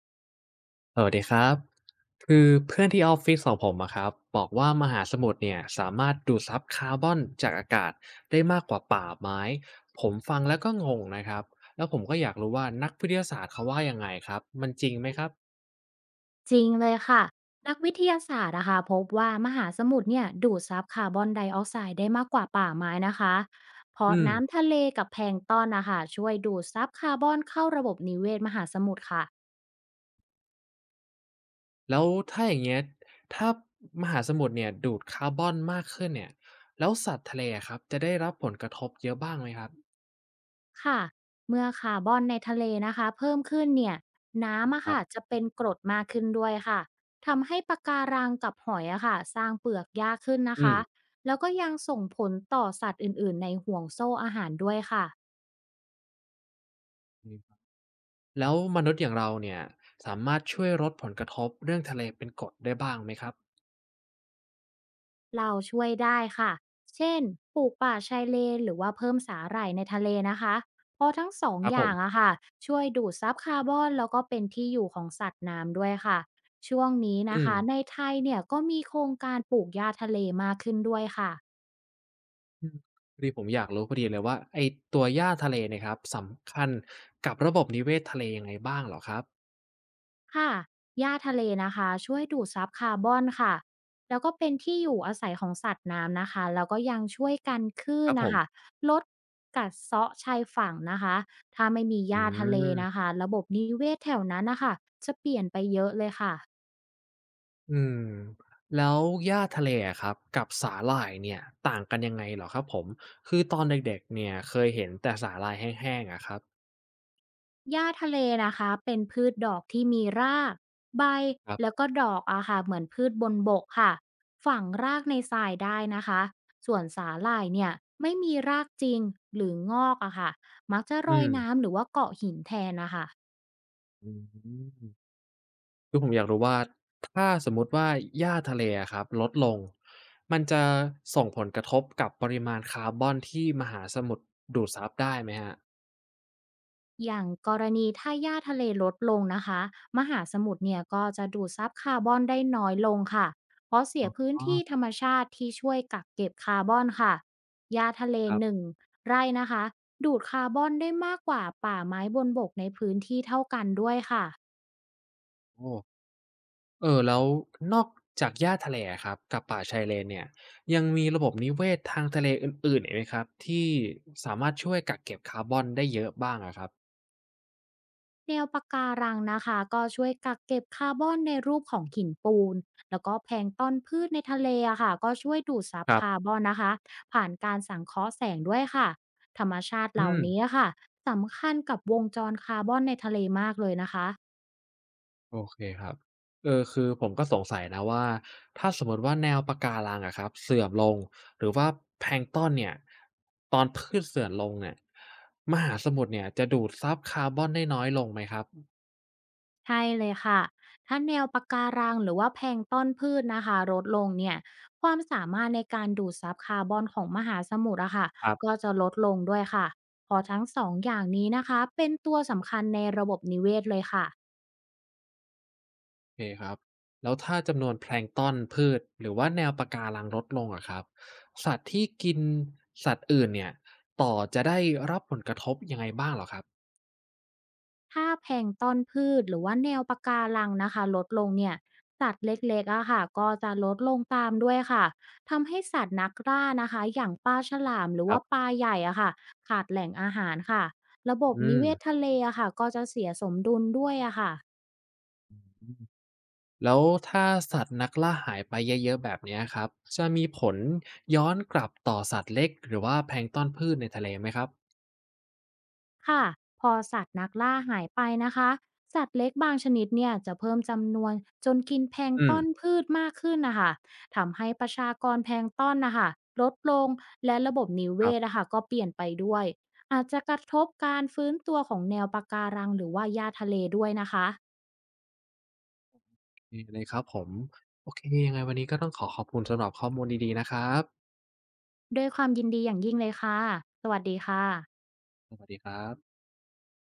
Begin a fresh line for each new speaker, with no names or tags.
สวัสดีครับคือเพื่อนที่ออฟฟิศของผมอะครับบอกว่ามหาสมุทรเนี่ยสามารถดูดซับคาร์บอนจากอากาศได้มากกว่าป่าไม้ผมฟังแล้วก็งงนะครับแล้วผมก็อยากรู้ว่านักวิทยาศาสตร์เขาว่ายังไงครับมันจริงไหมครับ
จริงเลยค่ะนักวิทยาศาสตร์นะคะพบว่ามหาสมุทรเนี่ยดูดซับคาร์บอนไดออกไซด์ได้มากกว่าป่าไม้นะคะเพราะ
อืม
น้ำทะเลกับแพลงก์ตอนนะคะช่วยดูดซับคาร์บอนเข้าระบบนิเวศมหาสมุทรค่ะ
แล้วถ้าอย่างเงี้ยถ้ามหาสมุทรเนี่ยดูดคาร์บอนมากขึ้นเนี่ยแล้วสัตว์ทะเลอะครับจะได้รับผลกระทบเยอะบ้างไหมครับ
ค่ะเมื่อคาร์บอนในทะเลนะคะเพิ่มขึ้นเนี่ยน้ำอะ
ครั
ค่ะ
บ
จะเป็นกรดมากขึ้นด้วยค่ะทำให้ปะการังกับหอยอะค่ะสร้างเปลือกยากขึ้นนะ
อืม
คะแล้วก็ยังส่งผลต่อสัตว์อื่นๆในห่วงโซ่อาหารด้วยค่ะ
แล้วมนุษย์อย่างเราเนี่ยสามารถช่วยลดผลกระทบเรื่องทะเลเป็นกรดได้บ้างไหมครับ
เราช่วยได้ค่ะ เช่น ปลูกป่าชายเลนหรือว่าเพิ่มสาหร่ายในทะเลนะคะเพราะทั้งสอง
ครับ
อ
ผ
ย่า
ม
งอะค่ะช่วยดูดซับคาร์บอนแล้วก็เป็นที่อยู่ของสัตว์น้ำด้วยค่ะ ช่วงนี้นะ
อืม
คะในไทยเนี่ยก็มีโครงการปลูกหญ้าทะเลมากขึ้นด้วยค่ะ
อืมพอดีผมอยากรู้พอดีเลยว่าไอ้ตัวหญ้าทะเลเนี่ยครับสำคัญกับระบบนิเวศทะเลยังไงบ้างเหรอครับ
ค่ะหญ้าทะเลนะคะช่วยดูดซับคาร์บอนค่ะ แล้วก็เป็นที่อยู่อาศัยของสัตว์น้ำนะคะ แล้วก็ยังช่วยกันคลื่น
ครับผ
นะคะ
ม
ลดกัดเซาะชายฝั่งนะคะ ถ้าไม่มีห
อื
ญ้าทะเล
ม
นะคะระบบนิเวศแถวนั้นนะคะจะเปลี่ยนไปเยอะเลยค่ะ
อืมแล้วหญ้าทะเลอะครับกับสาหร่ายเนี่ยต่างกันยังไงเหรอครับผมคือตอนเด็กๆเนี่ยเคยเห็นแต่สาหร่ายแห้งๆอะครับ
หญ้าทะเลนะคะเป็นพืชดอกที่มีรากใบ
ครั
แล้ว
บ
ก็ดอกอะค่ะเหมือนพืชบนบกค่ะฝังรากในทรายได้นะคะส่วนสาหร่ายเนี่ยไม่มีรากจริงหรืองอกอะค่ะมักจะโร
อื
ยน้ำ
ม
หรือว่าเกาะหินแทนนะคะ
อืม คือผมอยากรู้ว่าถ้าสมมุติว่าหญ้าทะเลอะครับลดลงมันจะส่งผลกระทบกับปริมาณคาร์บอนที่มหาสมุทรดูดซับได้ไหมครับ
อย่างกรณีถ้าหญ้าทะเลลดลงนะคะ มหาสมุทรเนี่ยก็จะดูดซับคาร์บอนได้น้อยลงค่ะเพราะเสียพื้น
อ๋อ
ที่ธรรมชาติที่ช่วยกักเก็บคาร์บอนค่ะหญ้าทะเล
ครับ
1ไร่นะคะดูดคาร์บอนได้มากกว่าป่าไม้บนบกในพื้นที่เท่ากันด้วยค่ะ
โอ้เออแล้วนอกจากหญ้าทะเลอะครับกับป่าชายเลนเนี่ยยังมีระบบนิเวศทางทะเลอื่นๆอีกไหมครับที่สามารถช่วยกักเก็บคาร์บอนได้เยอะบ้างอะครับ
แนวปะการังนะคะก็ช่วยกักเก็บคาร์บอนในรูปของหินปูนแล้วก็แพลงก์ตอนพืชในทะเลอะค่ะก็ช่วยดูดซับ
ครับ
คาร์บอนนะคะผ่านการสังเคราะห์แสงด้วยค่ะธรรมชาติเห
อื
ล่า
ม
นี้อะค่ะสำคัญกับวงจรคาร์บอนในทะเลมากเลยนะคะ
โอเคครับเออคือผมก็สงสัยนะว่าถ้าสมมติว่าแนวปะการังอะครับเสื่อมลงหรือว่าแพลงก์ตอนเนี่ยตอนพืชเสื่อมลงเนี่ยมหาสมุทรเนี่ยจะดูดซับคาร์บอนได้น้อยลงไหมครับ
ใช่เลยค่ะ ถ้าแนวปะการังหรือว่าแพลงก์ต้นพืชนะคะลดลงเนี่ย ความสามารถในการดูดซับคาร์บอนของมหาสมุทรอะค่ะ
ครับ
ก็จะลดลงด้วยค่ะเพอทั้งสองอย่างนี้นะคะเป็นตัวสำคัญในระบบนิเวศเลยค่ะ
โอเคครับแล้วถ้าจำนวนแพลงก์ตอนพืชหรือว่าแนวปะการังลดลงอะครับสัตว์ที่กินสัตว์อื่นเนี่ยต่อจะได้รับผลกระทบยังไงบ้างเหรอครับ
ถ้าแพลงก์ตอนพืชหรือว่าแนวปะการังนะคะลดลงเนี่ยสัตว์เล็กๆอะค่ะก็จะลดลงตามด้วยค่ะทำให้สัตว์นักล่านะคะอย่างปลาฉลามหรือ
ครั
ว่าป
บ
ลาใหญ่อะค่ะขาดแหล่งอาหารค่ะระบบ
อื
นิ
ม
เวศทะเลอะค่ะก็จะเสียสมดุลด้วยอะค่ะ
แล้วถ้าสัตว์นักล่าหายไปเยอะๆแบบเนี้ยครับจะมีผลย้อนกลับต่อสัตว์เล็กหรือว่าแพลงก์ตอนพืชในทะเลไหมครับ
ค่ะพอสัตว์นักล่าหายไปนะคะสัตว์เล็กบางชนิดเนี่ยจะเพิ่มจำนวนจนกินแพลงก์
อืม
ต้อนพืชมากขึ้นนะคะทำให้ประชากรแพลงก์ต้อนนะคะลดลงและระบบนิเว
ครับ
ศนะคะก็เปลี่ยนไปด้วยอาจจะกระทบการฟื้นตัวของแนวปะการังหรือว่าหญ้าทะเลด้วยนะคะ
นีเคเลยครับผมโอเคยังไงวันนี้ก็ต้องขอขอบคุณสำหรับข้อมูลดีๆนะครับ
ด้วยความยินดีอย่างยิ่งเลยค่ะสวัสดีค่ะ
สวัสดีครับ